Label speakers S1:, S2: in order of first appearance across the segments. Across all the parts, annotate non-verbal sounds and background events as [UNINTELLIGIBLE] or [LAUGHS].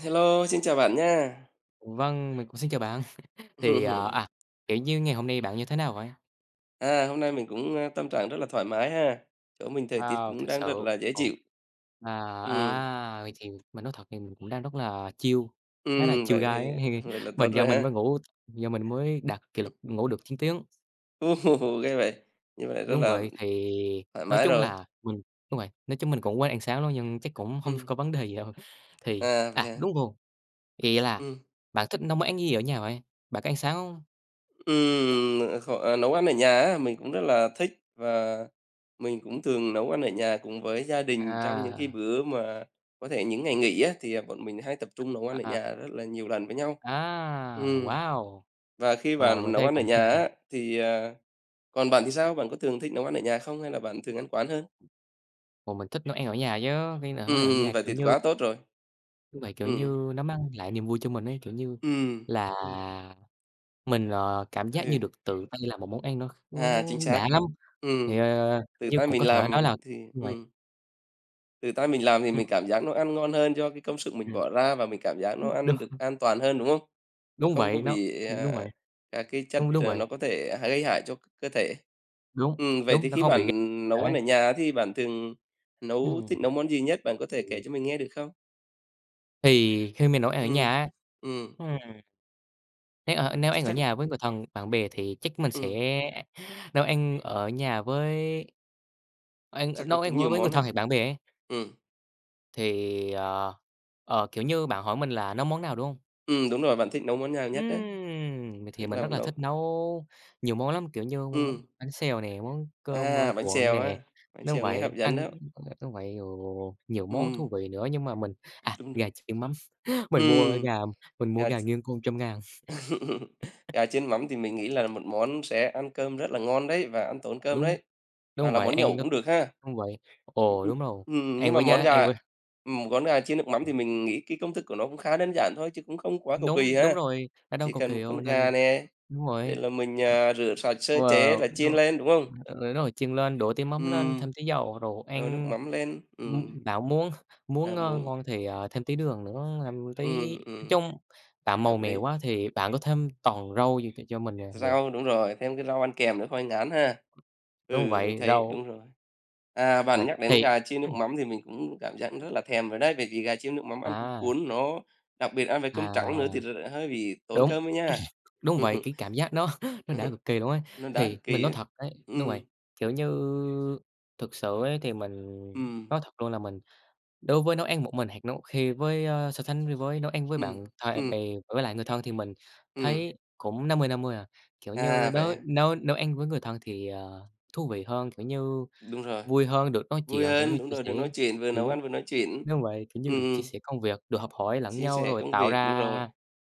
S1: Hello, xin chào bạn nha.
S2: Vâng, mình cũng xin chào bạn. Thì,
S1: [LAUGHS]
S2: kiểu như, ngày hôm nay bạn như thế nào vậy?
S1: À, hôm nay mình cũng, tâm trạng rất là thoải mái ha. Chỗ mình thời tiết
S2: Wow,
S1: cũng
S2: thực
S1: đang rất
S2: sự
S1: là dễ
S2: ồ,
S1: chịu.
S2: à,
S1: Ừ,
S2: vậy thì mình nói thật thì mình cũng đang rất là chill, khá là chill
S1: vậy
S2: guy ấy.
S1: thì [LAUGHS] vậy là
S2: [LAUGHS] Mình
S1: tốt
S2: do
S1: rồi
S2: mình mới
S1: ha.
S2: ngủ do mình mới đạt kỷ lục ngủ được 9 tiếng.
S1: [LAUGHS] Ồ, ghê vậy! Như vậy rất
S2: Đúng
S1: là
S2: vậy, thì
S1: thoải
S2: nói
S1: mái
S2: chung
S1: rồi.
S2: là mình đúng vậy, nói chung mình cũng quên ăn sáng luôn nhưng chắc cũng không có
S1: Ừm,
S2: vấn đề gì đâu.
S1: à, vậy ha.
S2: Đúng rồi, vậy là
S1: Ừ,
S2: bạn thích nấu món ăn gì ở nhà vậy? Bạn có ăn sáng không?
S1: ừm, ờ, Nấu ăn ở nhà á, mình cũng rất là thích và mình cũng thường nấu ăn ở nhà cùng với gia đình trong những cái
S2: À,
S1: bữa mà có thể những ngày nghỉ á, thì, bọn mình hay tập trung nấu ăn ở
S2: à, à,
S1: nhà rất là nhiều lần với nhau. Ừ.
S2: wow!
S1: Và khi bạn
S2: Mình
S1: nấu
S2: thấy
S1: ăn ở
S2: cũng hay,
S1: nhà á, thì, còn bạn thì sao? Bạn có thường thích nấu ăn ở nhà không hay là bạn thường ăn quán hơn?
S2: mà mình thích nấu ăn ở nhà chứ, khi nào nấu ăn ở nhà,
S1: Vậy
S2: kiểu
S1: thì
S2: như
S1: quá tốt rồi.
S2: như vậy, kiểu
S1: Ừm,
S2: như, nó mang lại niềm vui cho mình ấy, kiểu như
S1: ừm,
S2: là, mình, cảm giác
S1: ừ,
S2: như được tự tay làm một món ăn nó nó
S1: Chính
S2: đã
S1: xác.
S2: lắm, thì,
S1: Ừm,
S2: kiểu
S1: Tự
S2: như,
S1: tay
S2: cũng
S1: mình
S2: có thể nói
S1: làm
S2: là
S1: thì
S2: đúng vậy.
S1: ừm. Tự tay mình làm thì
S2: Ừm,
S1: mình cảm giác nó ăn ngon hơn do cái công sức mình
S2: ừm,
S1: bỏ ra và mình cảm giác nó
S2: đúng,
S1: ăn được an toàn hơn, đúng không? Nó
S2: đúng
S1: không có
S2: vậy, nó
S1: bị,
S2: đúng vậy,
S1: các cái chất,
S2: đúng, đúng vậy,
S1: nó có thể gây hại cho cơ thể.
S2: đúng,
S1: Vậy
S2: đúng,
S1: thì
S2: nó
S1: khi
S2: không
S1: bạn
S2: bị
S1: nấu ăn
S2: thể,
S1: ở nhà thì bạn thường
S2: ừm,
S1: thích nấu món gì nhất? Bạn có thể kể
S2: ừ.
S1: cho mình nghe được không?
S2: Thì khi mình nấu ăn ở
S1: Ừm,
S2: nhà á,
S1: ừm,
S2: ừm, nếu
S1: chắc
S2: ăn ở
S1: chắc
S2: nhà với người thân, bạn bè thì chắc mình sẽ
S1: ừm,
S2: nấu ăn ở nhà với. Anh
S1: Chắc là
S2: nấu ăn
S1: cũng
S2: với
S1: nhiều
S2: với người
S1: món
S2: thân
S1: đấy.
S2: hay bạn bè ấy,
S1: Ừm,
S2: thì, kiểu như, bạn hỏi mình là nấu món nào, đúng hông?
S1: Đúng rồi, bạn thích nấu món nào nhất đấy?
S2: Thì
S1: Tức
S2: mình
S1: là
S2: rất
S1: bạn
S2: là thích
S1: nấu
S2: nấu nhiều món lắm, kiểu như, món bánh
S1: ừm,
S2: bánh xèo nè, món cơm,
S1: bánh
S2: cuộn
S1: xèo á,
S2: nè,
S1: bánh
S2: đúng
S1: xèo nghe
S2: vậy,
S1: hấp dẫn
S2: canh
S1: đó.
S2: đúng vậy, ồ, nhiều món thú
S1: Ừm,
S2: vị nữa. Nhưng mà mình
S1: Đúng rồi.
S2: gà chiên mắm, [LAUGHS] mình mua
S1: Ừm.
S2: gà mình mua
S1: Gà
S2: gà
S1: ch
S2: nguyên con 100.000.
S1: [LAUGHS] Gà chiên mắm thì mình nghĩ là một món sẽ ăn cơm rất là ngon đấy và ăn tốn cơm
S2: Đúng,
S1: đấy, hoặc
S2: đúng
S1: là
S2: vậy,
S1: món
S2: ăn
S1: nhậu
S2: nó
S1: cũng được ha.
S2: đúng vậy.
S1: Ừm,
S2: Ồ,
S1: ừm,
S2: đúng rồi,
S1: nhưng
S2: ăn
S1: mà
S2: với giá ăn với
S1: món gà chiên nước mắm thì mình nghĩ cái công thức của nó cũng khá đơn giản thôi chứ cũng không quá cầu kỳ
S2: đúng, đúng
S1: ha.
S2: rồi, ở đâu
S1: Chỉ
S2: cầu
S1: cần
S2: kỳ
S1: một con
S2: đâu, nên
S1: gà nè,
S2: đúng
S1: để
S2: rồi.
S1: là mình, rửa sạch sơ chế
S2: Wow,
S1: là
S2: đúng
S1: chiên
S2: rồi.
S1: lên, đúng không?
S2: Ừ, đúng rồi, chiên lên, đổ tí mắm lên, thêm
S1: Ừm,
S2: tí dầu rồi
S1: Đổ nước
S2: ăn.
S1: mắm lên,
S2: Bạn muốn muốn,
S1: là
S2: ơ,
S1: muống
S2: ngon thì, thêm tí đường nữa, thêm tí
S1: ừm,
S2: nói
S1: ừm,
S2: chung bạn màu
S1: hợp
S2: mè
S1: lý.
S2: quá thì bạn có thêm toàn rau gì cho mình, được.
S1: Rau, đúng rồi, thêm cái rau ăn kèm nữa thôi ngán ha.
S2: Đúng
S1: Ừ, mình
S2: vậy,
S1: thấy
S2: rau
S1: đúng rồi. À,
S2: vậy
S1: bạn nhắc đến
S2: thì
S1: gà chiên nước
S2: ừm,
S1: mắm thì mình cũng cảm giác rất là thèm rồi đấy, bởi vì gà chiên nước mắm ăn cũng
S2: à,
S1: cuốn, nó đặc biệt ăn với cơm trắng nữa thì
S2: à,
S1: hơi bị tốn
S2: đúng,
S1: cơm ấy nha.
S2: đúng vậy, cái
S1: [LAUGHS]
S2: cảm giác nó [LAUGHS] nó
S1: Ừ,
S2: đã cực kỳ luôn ấy.
S1: Nó đá
S2: Thì
S1: cực
S2: mình
S1: kỳ
S2: nói
S1: á.
S2: thật đấy đúng
S1: Ừ,
S2: vậy, kiểu như, thực sự ấy thì mình
S1: ừ,
S2: nói thật luôn là mình. Đối với nấu ăn một mình hoặc nấu khi với, so sánh với nấu ăn với
S1: ừ,
S2: bạn thà
S1: ừm,
S2: bè với lại người thân thì mình
S1: ừm.
S2: thấy cũng 50/50 à. Kiểu như,
S1: À, vậy
S2: đới
S1: ha?
S2: nấu nấu ăn với người thân thì, thú vị hơn, kiểu như,
S1: Đúng rồi,
S2: vui hơn, được nói
S1: vui
S2: chuyện, kiểu
S1: hơn,
S2: như,
S1: đúng
S2: chia
S1: rồi, được
S2: sẻ,
S1: nói chuyện, vừa
S2: kiểu
S1: nấu
S2: như
S1: ăn vừa nói chuyện.
S2: đúng vậy, kiểu như, được chia
S1: Ừm,
S2: sẻ công việc, được học hỏi lẫn
S1: Chia
S2: nhau
S1: sẻ công việc, đúng rồi.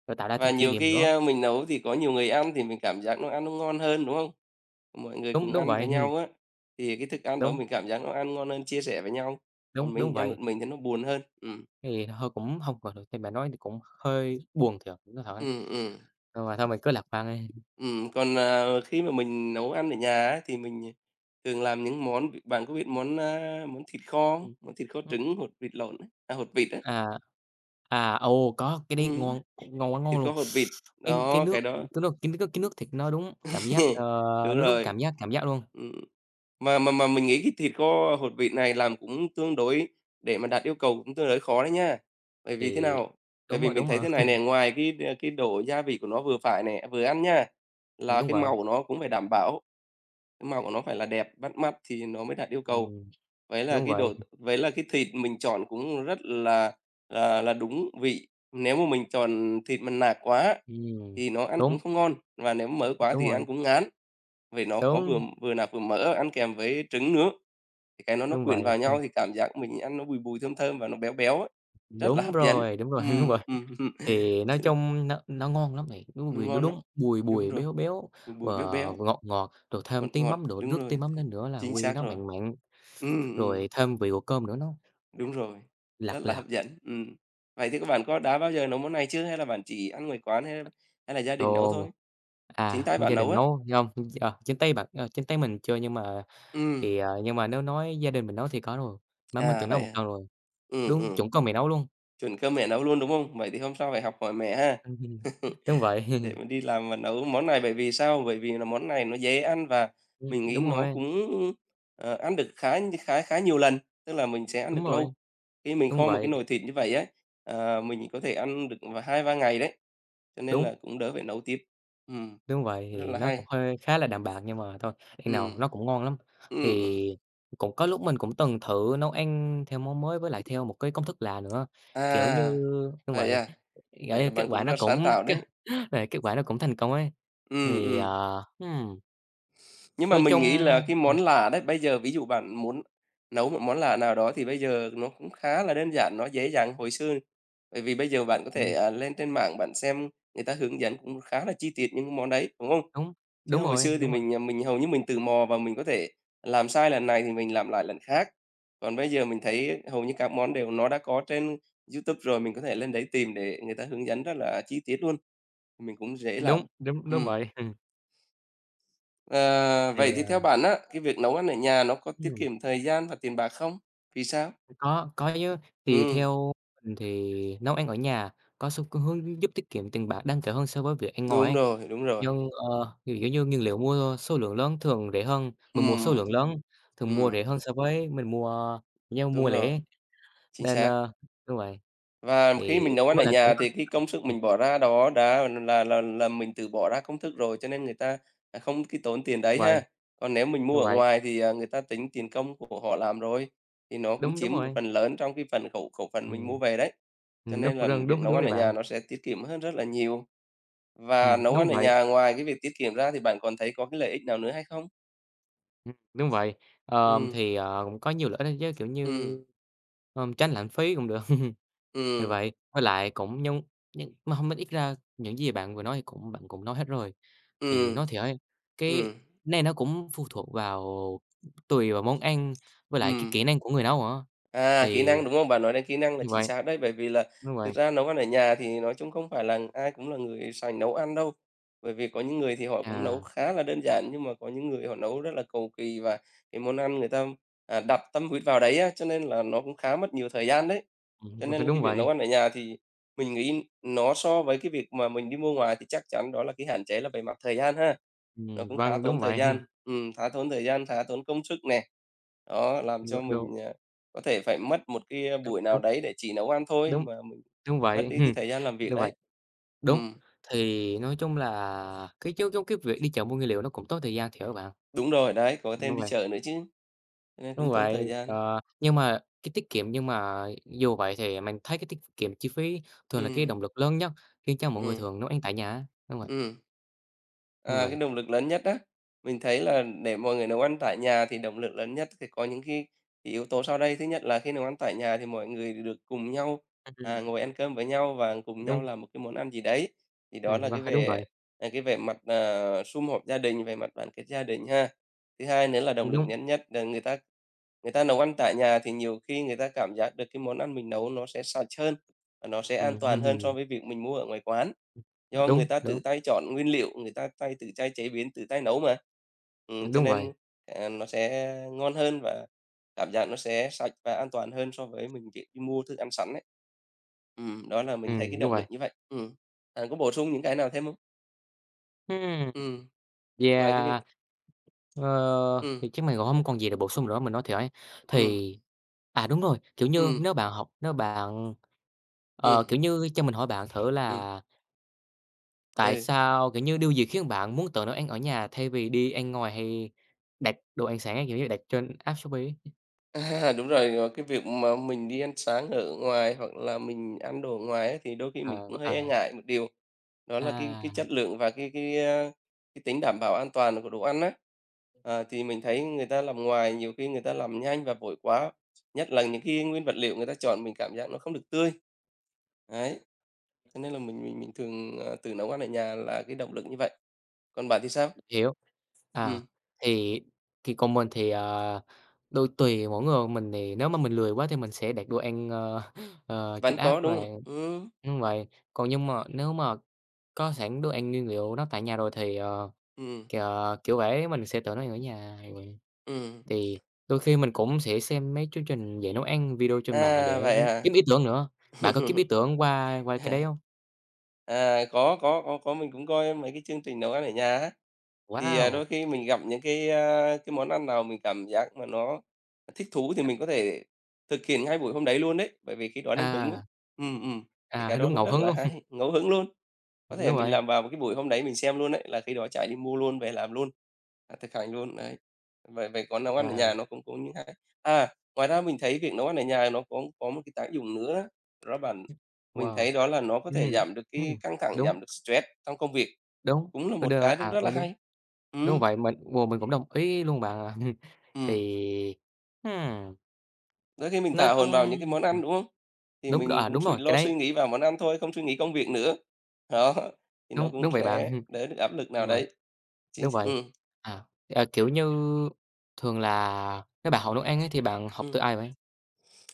S2: rồi tạo ra
S1: Và
S2: thêm kỷ
S1: nhiều
S2: niệm
S1: khi,
S2: nữa.
S1: mình nấu thì có nhiều người ăn thì mình cảm giác nó ăn nó ngon hơn, đúng không? Mọi người
S2: Đúng,
S1: cùng
S2: đúng
S1: ăn
S2: vậy,
S1: với nhau á, thì cái thức ăn đó
S2: đúng,
S1: mình cảm giác nó ăn ngon hơn, chia sẻ với nhau,
S2: đúng,
S1: còn
S2: đúng
S1: mình ăn
S2: vậy.
S1: một mình thì nó buồn hơn.
S2: Thì hơi cũng không còn được như bạn nói thì cũng hơi buồn thiệt, nói thật ấy,
S1: Ừm, ừm,
S2: nhưng mà thôi mình cứ lạc quan đi.
S1: Còn, khi mà mình nấu ăn ở nhà á, thì mình, thường làm những món bạn có biết món, món thịt kho không? Món thịt kho
S2: Ừm.
S1: trứng, hột vịt lộn á, hột vịt á,
S2: À, ồ, có, cái đấy
S1: ừm,
S2: ngon, ngon quá ngon
S1: thịt kho
S2: luôn.
S1: hột vịt,
S2: Cái
S1: đó, cái
S2: nước
S1: đó
S2: cái nước cái nước cái nước thịt nó đúng cảm giác,
S1: [LAUGHS] Đúng
S2: nó đúng
S1: rồi.
S2: cảm giác luôn,
S1: Ừm. Mà mình nghĩ cái thịt kho hột vịt này làm cũng tương đối để mà đạt yêu cầu cũng tương đối khó đấy nha. Bởi vì thế
S2: thì
S1: nào? Bởi
S2: đúng
S1: vì
S2: rồi,
S1: mình
S2: đúng
S1: thấy
S2: rồi,
S1: thế này nè, ngoài cái, cái độ gia vị của nó vừa phải nè, vừa ăn nha, là
S2: đúng
S1: cái
S2: vậy,
S1: màu của nó cũng phải đảm bảo, cái màu của nó phải là đẹp, bắt mắt thì nó mới đạt yêu cầu.
S2: ừm, đúng vậy,
S1: Vậy là cái thịt mình chọn cũng rất là đúng vị. Nếu mà mình chọn thịt mà nạc quá
S2: ừm,
S1: thì nó ăn
S2: đúng,
S1: cũng không ngon, và nếu mỡ quá
S2: đúng
S1: thì
S2: rồi,
S1: ăn cũng ngán. Vậy nó có vừa
S2: đúng,
S1: vừa nạc vừa mỡ, ăn kèm với trứng nữa, thì cái nó
S2: đúng
S1: quyện
S2: vậy,
S1: vào nhau thì cảm giác mình ăn nó bùi bùi, thơm thơm và nó béo béo ấy, rất là hấp dẫn.
S2: đúng rồi, [LAUGHS] đúng
S1: Ừm,
S2: vậy.
S1: ừm, ừm.
S2: Thì nói
S1: Chứ
S2: chung nó ngon lắm bạn, đúng
S1: nó
S2: vì nó
S1: ngon lắm.
S2: đúng bùi
S1: Đúng
S2: bùi,
S1: rồi,
S2: béo béo
S1: bùi
S2: và
S1: bùi, béo béo,
S2: ngọt ngọt, rồi thêm
S1: ngọt
S2: tí
S1: ngọt,
S2: mắm nữa,
S1: đúng
S2: rước tí
S1: rồi,
S2: mắm
S1: thế
S2: lên nữa là
S1: chính
S2: quy
S1: xác
S2: nó
S1: rồi.
S2: mặn mặn,
S1: Ừm, ừm,
S2: rồi thêm vị của cơm nữa nó lạt
S1: Đúng rồi,
S2: lạt
S1: rất là
S2: lạt.
S1: hấp dẫn. Vậy thì các bạn có đã bao giờ nấu món này chưa hay là bạn chỉ ăn ngoài quán hay hay là gia
S2: Ồ,
S1: đình nấu thôi? Chính tay
S2: gia
S1: bạn
S2: đình
S1: nấu á?
S2: nấu hông, ờ, trên tay bạn ờ, trên tay mình chưa nhưng mà
S1: Ừm,
S2: thì, nhưng mà nếu nói gia đình mình nấu thì có rồi, má mình
S1: à,
S2: từng nấu
S1: vậy
S2: một
S1: hả?
S2: lần rồi,
S1: Ừm,
S2: đúng
S1: ừm.
S2: chuẩn con mẹ nấu luôn.
S1: Chuẩn cơm mẹ nấu luôn, đúng không? Vậy thì hôm sau phải học hỏi mẹ ha.
S2: [LAUGHS] Ừm,
S1: [LAUGHS]
S2: Đúng vậy,
S1: Để
S2: [LAUGHS]
S1: mà đi làm và nấu món này bởi vì sao? Bởi vì là món này nó dễ ăn và mình nghĩ
S2: đúng
S1: nó
S2: rồi,
S1: cũng, ăn được khá khá khá nhiều lần, tức là mình sẽ ăn
S2: đúng
S1: được
S2: rồi,
S1: lâu. Khi mình
S2: đúng
S1: kho một cái
S2: vậy,
S1: nồi thịt như vậy ấy, mình có thể ăn được vào hai ba ngày đấy, cho nên
S2: đúng.
S1: là cũng đỡ phải nấu tiếp. Ừm,
S2: Đúng vậy,
S1: Rất
S2: thì
S1: là
S2: nó
S1: hay.
S2: cũng hơi khá là đạm bạc nhưng mà thôi, ăn nào
S1: Ừm.
S2: nó cũng ngon lắm.
S1: Ừm, ừm.
S2: Thì cũng có lúc mình cũng từng thử nấu ăn theo món mới với lại theo một cái công thức lạ nữa, kiểu như
S1: À,
S2: như vậy,
S1: à?
S2: kiểu
S1: Vậy là
S2: kết
S1: bạn cũng
S2: quả nó
S1: rất sáng
S2: cũng
S1: tạo
S2: [LAUGHS] kết
S1: đấy.
S2: kết quả nó cũng thành công ấy.
S1: Ừ,
S2: Thì,
S1: ừ. Nhưng mà
S2: nói
S1: mình
S2: chung
S1: nghĩ là cái
S2: ừm,
S1: món lả đấy, bây giờ ví dụ bạn muốn nấu một món lả nào đó thì bây giờ nó cũng khá là đơn giản, nó dễ dàng hồi xưa. Bởi vì bây giờ bạn có
S2: ừm,
S1: thể, lên trên mạng bạn xem người ta hướng dẫn cũng khá là chi tiết những cái món đấy, đúng không?
S2: đúng,
S1: Chứ
S2: đúng
S1: hồi
S2: rồi,
S1: xưa thì
S2: đúng rồi,
S1: mình hầu như mình tự mò và mình có thể làm sai lần này thì mình làm lại lần khác. Còn bây giờ mình thấy hầu như các món đều nó đã có trên YouTube rồi, mình có thể lên đấy tìm để người ta hướng dẫn rất là chi tiết luôn, mình cũng dễ làm.
S2: đúng, đúng, đúng
S1: Ừm.
S2: vậy,
S1: Ờ, Vậy
S2: thì,
S1: thì theo bạn á, cái việc nấu ăn ở nhà nó có tiết
S2: ừm.
S1: kiệm thời gian và tiền bạc không? Vì sao?
S2: Có chứ. Thì
S1: Ừm,
S2: theo mình thì nấu ăn ở nhà có hướng giúp tiết kiệm tiền bạc đáng kể hơn so với việc ăn ngoài
S1: đúng
S2: ấy.
S1: rồi, đúng rồi.
S2: Nhưng, kiểu như, nguyên liệu mua số lượng lớn thường rẻ hơn, mình mua số
S1: Ừm,
S2: lượng lớn thường mua rẻ
S1: ừm,
S2: hơn so với mình mua
S1: đúng rồi,
S2: lẻ
S1: chính
S2: nên,
S1: xác.
S2: đúng rồi,
S1: Và khi
S2: thì
S1: mình nấu
S2: cũng
S1: ăn ở
S2: với lại cũng
S1: nhà
S2: có
S1: thì cái công sức
S2: ờ,
S1: mình bỏ ra đó đã là mình tự bỏ ra công thức rồi, cho nên người ta, không cái tốn tiền
S2: đúng
S1: đấy
S2: vậy,
S1: ha. Còn nếu mình mua
S2: đúng
S1: ở
S2: vậy,
S1: ngoài thì, người ta tính tiền công của họ làm rồi, thì nó cũng
S2: đúng, đúng
S1: chiếm một
S2: rồi.
S1: phần lớn trong cái phần khẩu khẩu phần mình
S2: Ừm,
S1: mua về đấy. Cho
S2: đúng,
S1: nên là
S2: đúng,
S1: việc
S2: đúng,
S1: nấu
S2: đúng
S1: ăn
S2: rồi
S1: ở nhà
S2: bạn.
S1: nó sẽ tiết kiệm hơn rất là nhiều. Và nấu
S2: Đúng
S1: ăn ở
S2: vậy,
S1: nhà ngoài cái việc tiết kiệm ra thì bạn còn thấy có cái lợi ích nào nữa hay không?
S2: đúng vậy.
S1: Ừm,
S2: Thì, cũng có nhiều lợi ích đó chứ, kiểu như,
S1: ừm,
S2: tránh lãng phí cũng được. Thì
S1: ừm,
S2: vậy, với lại cũng nhưng mà hông, mình ít ra những gì bạn vừa nói thì cũng bạn cũng nói hết rồi. Thì
S1: ừm,
S2: nói thiệt ấy, cái
S1: ừm,
S2: này nó cũng phụ thuộc vào tùy vào món ăn với lại cái
S1: ừm.
S2: kỹ năng của người nấu nữa.
S1: À, kỹ
S2: Thì
S1: năng, đúng không? Bạn nói đến kỹ năng là
S2: như
S1: chính
S2: vậy,
S1: xác đấy, bởi vì là
S2: đúng vậy.
S1: thực ra nấu ăn ở nhà thì nói chung không phải là ai cũng là người sành nấu ăn đâu. Bởi vì có những người thì họ cũng nấu
S2: À, [LAUGHS]
S1: khá là đơn giản, nhưng mà có những người họ nấu rất là cầu kỳ và cái món ăn người ta, đặt tâm huyết vào đấy á, cho nên là nó cũng khá mất nhiều thời gian đấy. Cho nên là
S2: đúng
S1: cái việc
S2: vậy,
S1: nấu ăn ở nhà thì mình nghĩ nó so với cái việc mà mình đi mua ngoài thì chắc chắn đó là cái hạn chế là về mặt thời gian ha. Nó cũng khá
S2: vâng, đúng
S1: tốn thời
S2: vậy, [LAUGHS]
S1: gian, khá tốn thời gian, khá tốn công sức nè. Đó, làm cho
S2: đúng,
S1: mình, có thể phải mất một cái,
S2: đúng,
S1: buổi nào
S2: đúng,
S1: đấy để chỉ nấu ăn thôi
S2: đúng,
S1: mà mình
S2: đúng
S1: mất
S2: vậy,
S1: đi cái
S2: [LAUGHS]
S1: thời gian làm việc
S2: đúng vậy,
S1: đấy.
S2: đúng.
S1: Ừm,
S2: Thì nói chung là cái việc đi chợ mua nguyên liệu nó cũng tốn thời gian thiệt á bạn,
S1: đúng rồi, đấy, có
S2: đúng
S1: thêm đi
S2: vậy.
S1: chợ nữa chứ, cho nên
S2: Đúng
S1: cũng tốn thời
S2: vậy,
S1: gian.
S2: ờ, nhưng mà cái tiết kiệm nhưng mà dù vậy thì mình thấy cái tiết kiệm chi phí thường là cái
S1: Ừ,
S2: động lực lớn nhất khiến cho mọi người
S1: ừ,
S2: thường nấu ăn tại nhà á. Đúng vậy,
S1: ừ.
S2: đúng
S1: À, cái
S2: vậy.
S1: động lực lớn nhất á, mình thấy là để mọi người nấu ăn tại nhà thì động lực lớn nhất thì có những cái yếu tố sau đây. Thứ nhất là khi nấu ăn tại nhà thì mọi người được cùng nhau,
S2: Ừm.
S1: ngồi ăn cơm với nhau và cùng nhau
S2: Đúng,
S1: làm một cái món ăn gì đấy. Thì đó là
S2: vâng, đúng vậy,
S1: cái về mặt, sum họp gia đình, về mặt đoàn kết gia đình ha. Thứ hai nữa là động lực
S2: đúng,
S1: lớn nhất là người ta nấu ăn tại nhà thì nhiều khi người ta cảm giác được cái món ăn mình nấu nó sẽ sạch hơn, và nó sẽ an
S2: ừm, ừm,
S1: toàn hơn so
S2: ừm,
S1: với việc mình mua ở ngoài quán, do người
S2: đúng,
S1: ta tự
S2: đúng,
S1: tay chọn nguyên liệu, người ta tự tay chế biến, tự tay nấu mà. Cho
S2: đúng vậy,
S1: nên, nó sẽ ngon hơn và cảm giác nó sẽ sạch và an toàn hơn so với mình việc đi mua thức ăn sẵn ấy. Đó là mình thấy cái
S2: đúng
S1: động
S2: vậy.
S1: lực như vậy. Ừm. Bạn có bổ sung những cái nào thêm không?
S2: Ừm,
S1: Ừm, ngoài cái việc
S2: yeah.
S1: ừ,
S2: Thì chắc mình cũng hông còn gì để bổ sung nữa, mình nói thiệt ấy,
S1: ừ,
S2: thì đúng rồi, kiểu như,
S1: ừ,
S2: nếu bạn học nếu bạn ờ,
S1: ừ,
S2: kiểu như, cho mình hỏi bạn thử
S1: ừ,
S2: là tại
S1: ừ.
S2: sao, kiểu như, điều gì khiến bạn muốn tự nấu ăn ở nhà thay vì đi ăn ngoài hay đặt đồ ăn sẵn á, kiểu như, đặt trên app Shopee ấy?
S1: À, đúng rồi, cái việc mà mình đi ăn sáng ở ngoài hoặc là mình ăn đồ ở ngoài ấy, thì đôi khi mình
S2: Ờ,
S1: cũng hơi e
S2: à,
S1: ngại một điều, đó là cái
S2: à,
S1: chất lượng và cái cái tính đảm bảo an toàn của đồ ăn á. Thì mình thấy người ta làm ngoài nhiều khi người ta làm nhanh và vội quá, nhất là những cái nguyên vật liệu người ta chọn mình cảm giác nó không được tươi. Đấy, cho nên là mình thường, tự nấu ăn ở nhà là cái động lực như vậy. Còn bạn thì sao?
S2: hiểu, à,
S1: Ừm,
S2: thì thì còn mình thì, đôi tùy mỗi người, mình thì nếu mà mình lười quá thì mình sẽ đặt đồ ăn, [LAUGHS] trên
S1: vẫn
S2: app
S1: có,
S2: và
S1: đúng không? Ừ,
S2: đúng vậy. Còn nhưng mà nếu mà có sẵn đồ ăn nguyên liệu nó tại nhà rồi thì, ờ,
S1: ừm,
S2: k kiểu vậy, mình sẽ tự nấu ăn ở nhà.
S1: ừm.
S2: Thì đôi khi mình cũng sẽ xem mấy chương trình dạy nấu ăn video trên mạng
S1: À,
S2: để
S1: vậy hả?
S2: kiếm ý tưởng nữa. Bạn có kiếm
S1: [LAUGHS]
S2: ý tưởng qua qua cái đấy hông?
S1: À, có, mình cũng coi mấy cái chương trình nấu ăn ở nhà á. Thì, đôi
S2: Wow!
S1: khi mình gặp những cái món ăn nào mình cảm giác mà nó thích thú thì mình có thể thực hiện ngay buổi hôm đấy luôn đấy, bởi vì khi đó đang hứng á.
S2: À,
S1: Ừm, ừm, thì cái đó
S2: đúng
S1: cũng
S2: ngẫu
S1: rất
S2: hứng
S1: là
S2: luôn.
S1: hay,
S2: [LAUGHS]
S1: [LAUGHS] ngẫu hứng luôn. Có
S2: Đúng
S1: thể mình
S2: rồi,
S1: làm vào một cái buổi hôm đấy mình xem luôn đấy là khi đó chạy đi mua luôn, về làm luôn, thực hành luôn, đấy. Vậy vậy còn nấu ăn ở
S2: à,
S1: nhà nó cũng cũng như hay. À, ngoài ra mình thấy việc nấu ăn ở nhà nó có một cái tác dụng nữa đó bạn, mình
S2: wow!
S1: thấy đó là nó có thể
S2: Ừm,
S1: giảm được cái
S2: ừm,
S1: căng thẳng,
S2: đúng,
S1: giảm được stress trong công việc.
S2: đúng,
S1: Cũng là
S2: đ đ
S1: một cái cũng
S2: à,
S1: rất là
S2: dạ, đúng,
S1: hay.
S2: đúng
S1: Ừm,
S2: vậy, mình wow, mình cũng đồng ý luôn bạn ạ. [LAUGHS]
S1: ừm,
S2: Thì, ừm,
S1: đôi khi mình
S2: nói
S1: thả
S2: chung
S1: hồn vào những cái món
S2: ờ,
S1: ăn, đúng không? Thì
S2: đúng,
S1: mình cũng
S2: đúng
S1: suy
S2: rồi, cái
S1: lo
S2: đấy,
S1: suy nghĩ vào món ăn thôi, không suy nghĩ công việc nữa. Đó, thì nó
S2: đúng,
S1: cũng
S2: đúng vậy bạn,
S1: sẽ
S2: [LAUGHS]
S1: đỡ được áp lực nào
S2: đúng rồi.
S1: đấy. Chính
S2: Đúng vậy.
S1: ừ ừm.
S2: À, kiểu như, thường là nếu bạn học nấu ăn ấy thì bạn học từ ai vậy?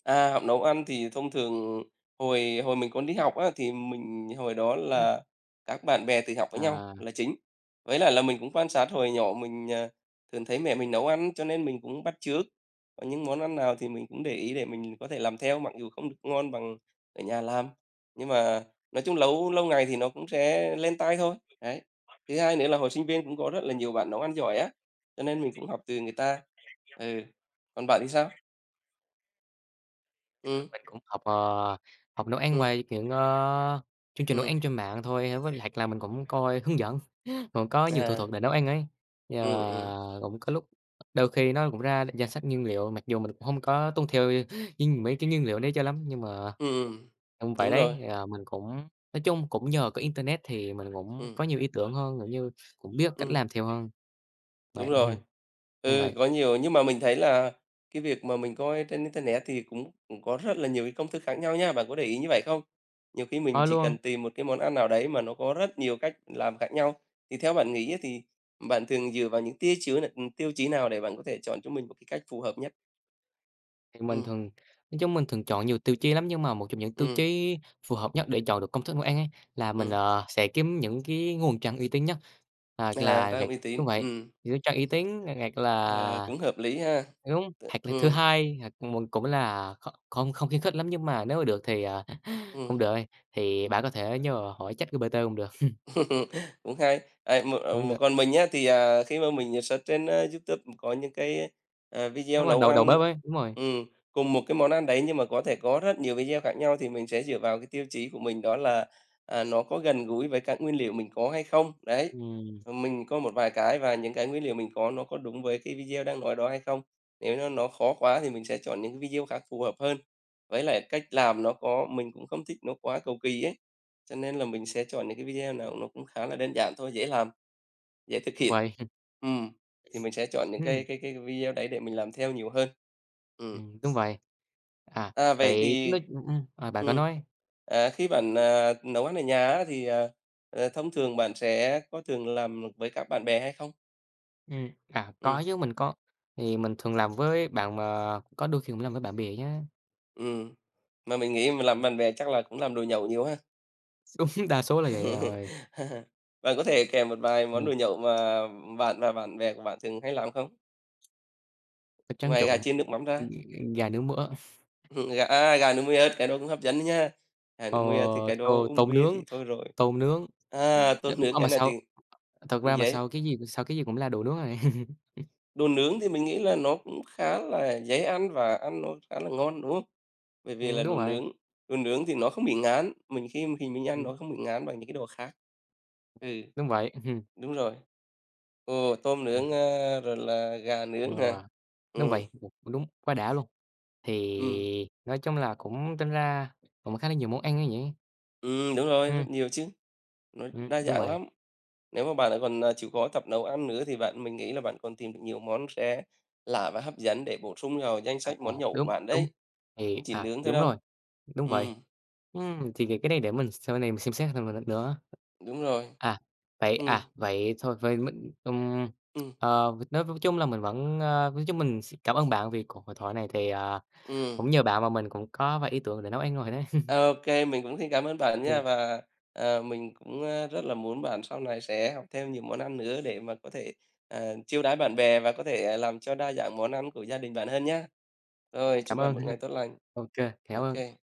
S1: À, học nấu ăn thì thông thường hồi hồi mình còn đi học á, thì mình hồi đó
S2: Ừm.
S1: là các bạn bè tự học với nhau
S2: À.
S1: là chính. Với lại là mình cũng quan sát hồi nhỏ mình, thường thấy mẹ mình nấu ăn cho nên mình cũng bắt chước, có những món ăn nào thì mình cũng để ý để mình có thể làm theo mặc dù không được ngon bằng ở nhà làm. Nhưng mà nói chung lâu lâu ngày thì nó cũng sẽ lên tai thôi, đấy. Thứ hai nữa là hồi sinh viên cũng có rất là nhiều bạn nấu ăn giỏi á, cho nên mình cũng học từ người ta. Ừ, còn bạn thì sao? Ừ,
S2: Mình cũng học, học nấu ăn
S1: ừ,
S2: qua những, chương trình nấu
S1: ừ.
S2: ăn trên mạng thôi, với lại là mình cũng coi hướng dẫn, [LAUGHS] còn có nhiều thủ
S1: À,
S2: thuật để nấu ăn ấy.
S1: ừm, ừm,
S2: Cũng có lúc đôi khi nó cũng ra danh sách nguyên liệu, mặc dù mình cũng hông có tuân theo [LAUGHS] như mấy cái nguyên liệu đấy cho lắm nhưng mà
S1: ừm,
S2: đúng vậy
S1: đúng
S2: đấy,
S1: rồi,
S2: mình cũng nói chung cũng nhờ có internet thì mình cũng
S1: ừm,
S2: có nhiều ý tưởng hơn, cũng như cũng biết cách
S1: ừm,
S2: làm theo hơn, vậy,
S1: đúng rồi.
S2: [LAUGHS] đúng
S1: Ừ,
S2: vậy.
S1: có nhiều nhưng mà mình thấy là cái việc mà mình coi trên internet thì cũng cũng có rất là nhiều cái công thức khác nhau nha, bạn có để ý như vậy không? Nhiều khi mình
S2: Thôi
S1: chỉ
S2: luôn.
S1: cần tìm một cái món ăn nào đấy mà nó có rất nhiều cách làm khác nhau, thì theo bạn nghĩ á thì bạn thường dựa vào những tiêu chứa n tiêu chí nào để bạn có thể chọn cho mình một cái cách phù hợp nhất?
S2: Thì mình
S1: Ừm,
S2: thường nói chung mình thường chọn nhiều tiêu chí lắm, nhưng mà một trong những tiêu
S1: ừm,
S2: chí phù hợp nhất để chọn được công thức nấu ăn ấy, là mình,
S1: ừm,
S2: sẽ kiếm những cái nguồn trang uy tín nhất, hoặc là
S1: tác
S2: gạc
S1: uy tín,
S2: đúng vậy, những trang uy tín,
S1: ờ,
S2: là
S1: cũng hợp lý ha,
S2: đúng,
S1: ừ,
S2: hoặc là thứ
S1: ừ.
S2: hai, hoặc mình cũng là không không khuyến khích lắm, nhưng mà nếu mà được thì, [LAUGHS] cũng được thôi, thì bạn có thể nhờ hỏi ChatGPT cũng được,
S1: [LAUGHS] Cũng hay. À,
S2: cũng được.
S1: còn mình á, thì, khi mà mình search trên, YouTube có những cái,
S2: Đúng
S1: video
S2: rồi,
S1: nấu
S2: đầu đầu bếp
S1: ăn
S2: ấy, đúng rồi,
S1: ừm, cùng một cái món ăn đấy nhưng mà có thể có rất nhiều video khác nhau thì mình sẽ dựa vào cái tiêu chí của mình đó là, nó có gần gũi với các nguyên liệu mình có hay không? Đấy,
S2: ừm,
S1: mình có một vài cái và những cái nguyên liệu mình có nó có đúng với cái video đang nói đó hay không? Nếu nó khó quá thì mình sẽ chọn những cái video khác phù hợp hơn. Với lại cách làm nó có mình cũng không thích nó quá cầu kỳ ấy. Cho nên là mình sẽ chọn những cái video nào nó cũng khá là đơn giản thôi, dễ làm, dễ thực
S2: đúng
S1: hiện.
S2: vậy, [LAUGHS]
S1: Ừm, thì mình sẽ chọn những cái
S2: ừm,
S1: cái cái video đấy để mình làm theo nhiều hơn. Ừm,
S2: đúng vậy. À,
S1: vậy
S2: vậy
S1: thì
S2: nói à, bạn có
S1: ừm,
S2: nói.
S1: khi bạn, nấu ăn ở nhà á thì, thông thường bạn sẽ có thường làm với các bạn bè hay không?
S2: Có
S1: Ừm,
S2: chứ, mình có thì mình thường làm với bạn mà có đôi khi cũng làm với bạn bè nhá.
S1: ừm, mà mình nghĩ mà làm bạn bè chắc là cũng làm đồ nhậu nhiều ha?
S2: [LAUGHS] Đúng, đa số là vậy
S1: [LAUGHS]
S2: rồi.
S1: Bạn có thể kèm một vài món đồ
S2: Ừm,
S1: nhậu mà bạn và bạn bè của bạn thường hay làm không?
S2: thịt tráng
S1: Ngoài gà
S2: trộn,
S1: chiên nước mắm ra.
S2: ừm, gà nướng mỡ,
S1: [LAUGHS] Gà nướng mì ớt, cái đó cũng hấp dẫn đó nha. Gà
S2: ờ,
S1: nướng mì ớt thì cái đó uống
S2: tôm
S1: bia
S2: nướng,
S1: thì thôi rồi.
S2: tôm nướng.
S1: À,
S2: Đ
S1: tôm nướng
S2: ơ,
S1: cái
S2: mà
S1: này
S2: sao
S1: thì
S2: thật ra
S1: cũng
S2: mà
S1: dễ.
S2: sao cái gì cũng là đồ nướng rồi. [LAUGHS]
S1: Đồ nướng thì mình nghĩ là nó cũng khá là dễ ăn và ăn nó khá là ngon, đúng không? Bởi vì là
S2: Đúng
S1: đồ
S2: rồi,
S1: nướng đồ nướng thì nó không bị ngán, mình khi khi mình ăn
S2: ừm,
S1: nó không bị ngán bằng những cái đồ khác. Ừ,
S2: đúng vậy, [LAUGHS]
S1: đúng rồi. Ồ, tôm
S2: ừm,
S1: nướng,
S2: ừm,
S1: a, rồi là gà nướng hả?
S2: wow, đúng
S1: Ừm,
S2: vậy, [UNINTELLIGIBLE] đúng, quá đã luôn. Thì
S1: ừm,
S2: nói chung là cũng tính ra cũng khá là nhiều món ăn á nhỉ?
S1: đúng rồi,
S2: Ừm,
S1: rất nhiều chứ, nó đa
S2: đúng
S1: dạng
S2: vậy.
S1: lắm. Nếu mà bạn ấy còn, chịu khó tập nấu ăn nữa thì bạn mình nghĩ là bạn còn tìm được nhiều món sẽ lạ và hấp dẫn để bổ sung vào danh
S2: À,
S1: sách món nhậu của
S2: đúng,
S1: bạn
S2: đúng.
S1: đấy,
S2: Thì
S1: không chỉ nướng thôi
S2: đúng rồi,
S1: đâu.
S2: đúng vậy.
S1: Ừm,
S2: Thì cái này để mình sau này mình xem xét thêm một lần nữa.
S1: đúng rồi.
S2: À,
S1: Ừm,
S2: vậy thôi vậy mình,
S1: ừm,
S2: nói chung là mình vẫn, nói chung mình xin cảm ơn bạn vì cuộc hội thoại này thì,
S1: ừm.
S2: cũng nhờ bạn mà mình cũng có vài ý tưởng để nấu ăn rồi đấy. [LAUGHS]
S1: Ô, mình cũng xin cảm ơn bạn
S2: Kê,
S1: nha và, mình cũng, rất là muốn bạn sau này sẽ học thêm nhiều món ăn nữa để mà có thể, chiêu đãi bạn bè và có thể, làm cho đa dạng món ăn của gia đình bạn hơn nhá. Rồi,
S2: cảm
S1: chúc bạn
S2: ơn.
S1: một
S2: Ok,
S1: ngày tốt lành.
S2: cảm ơn.
S1: Ok.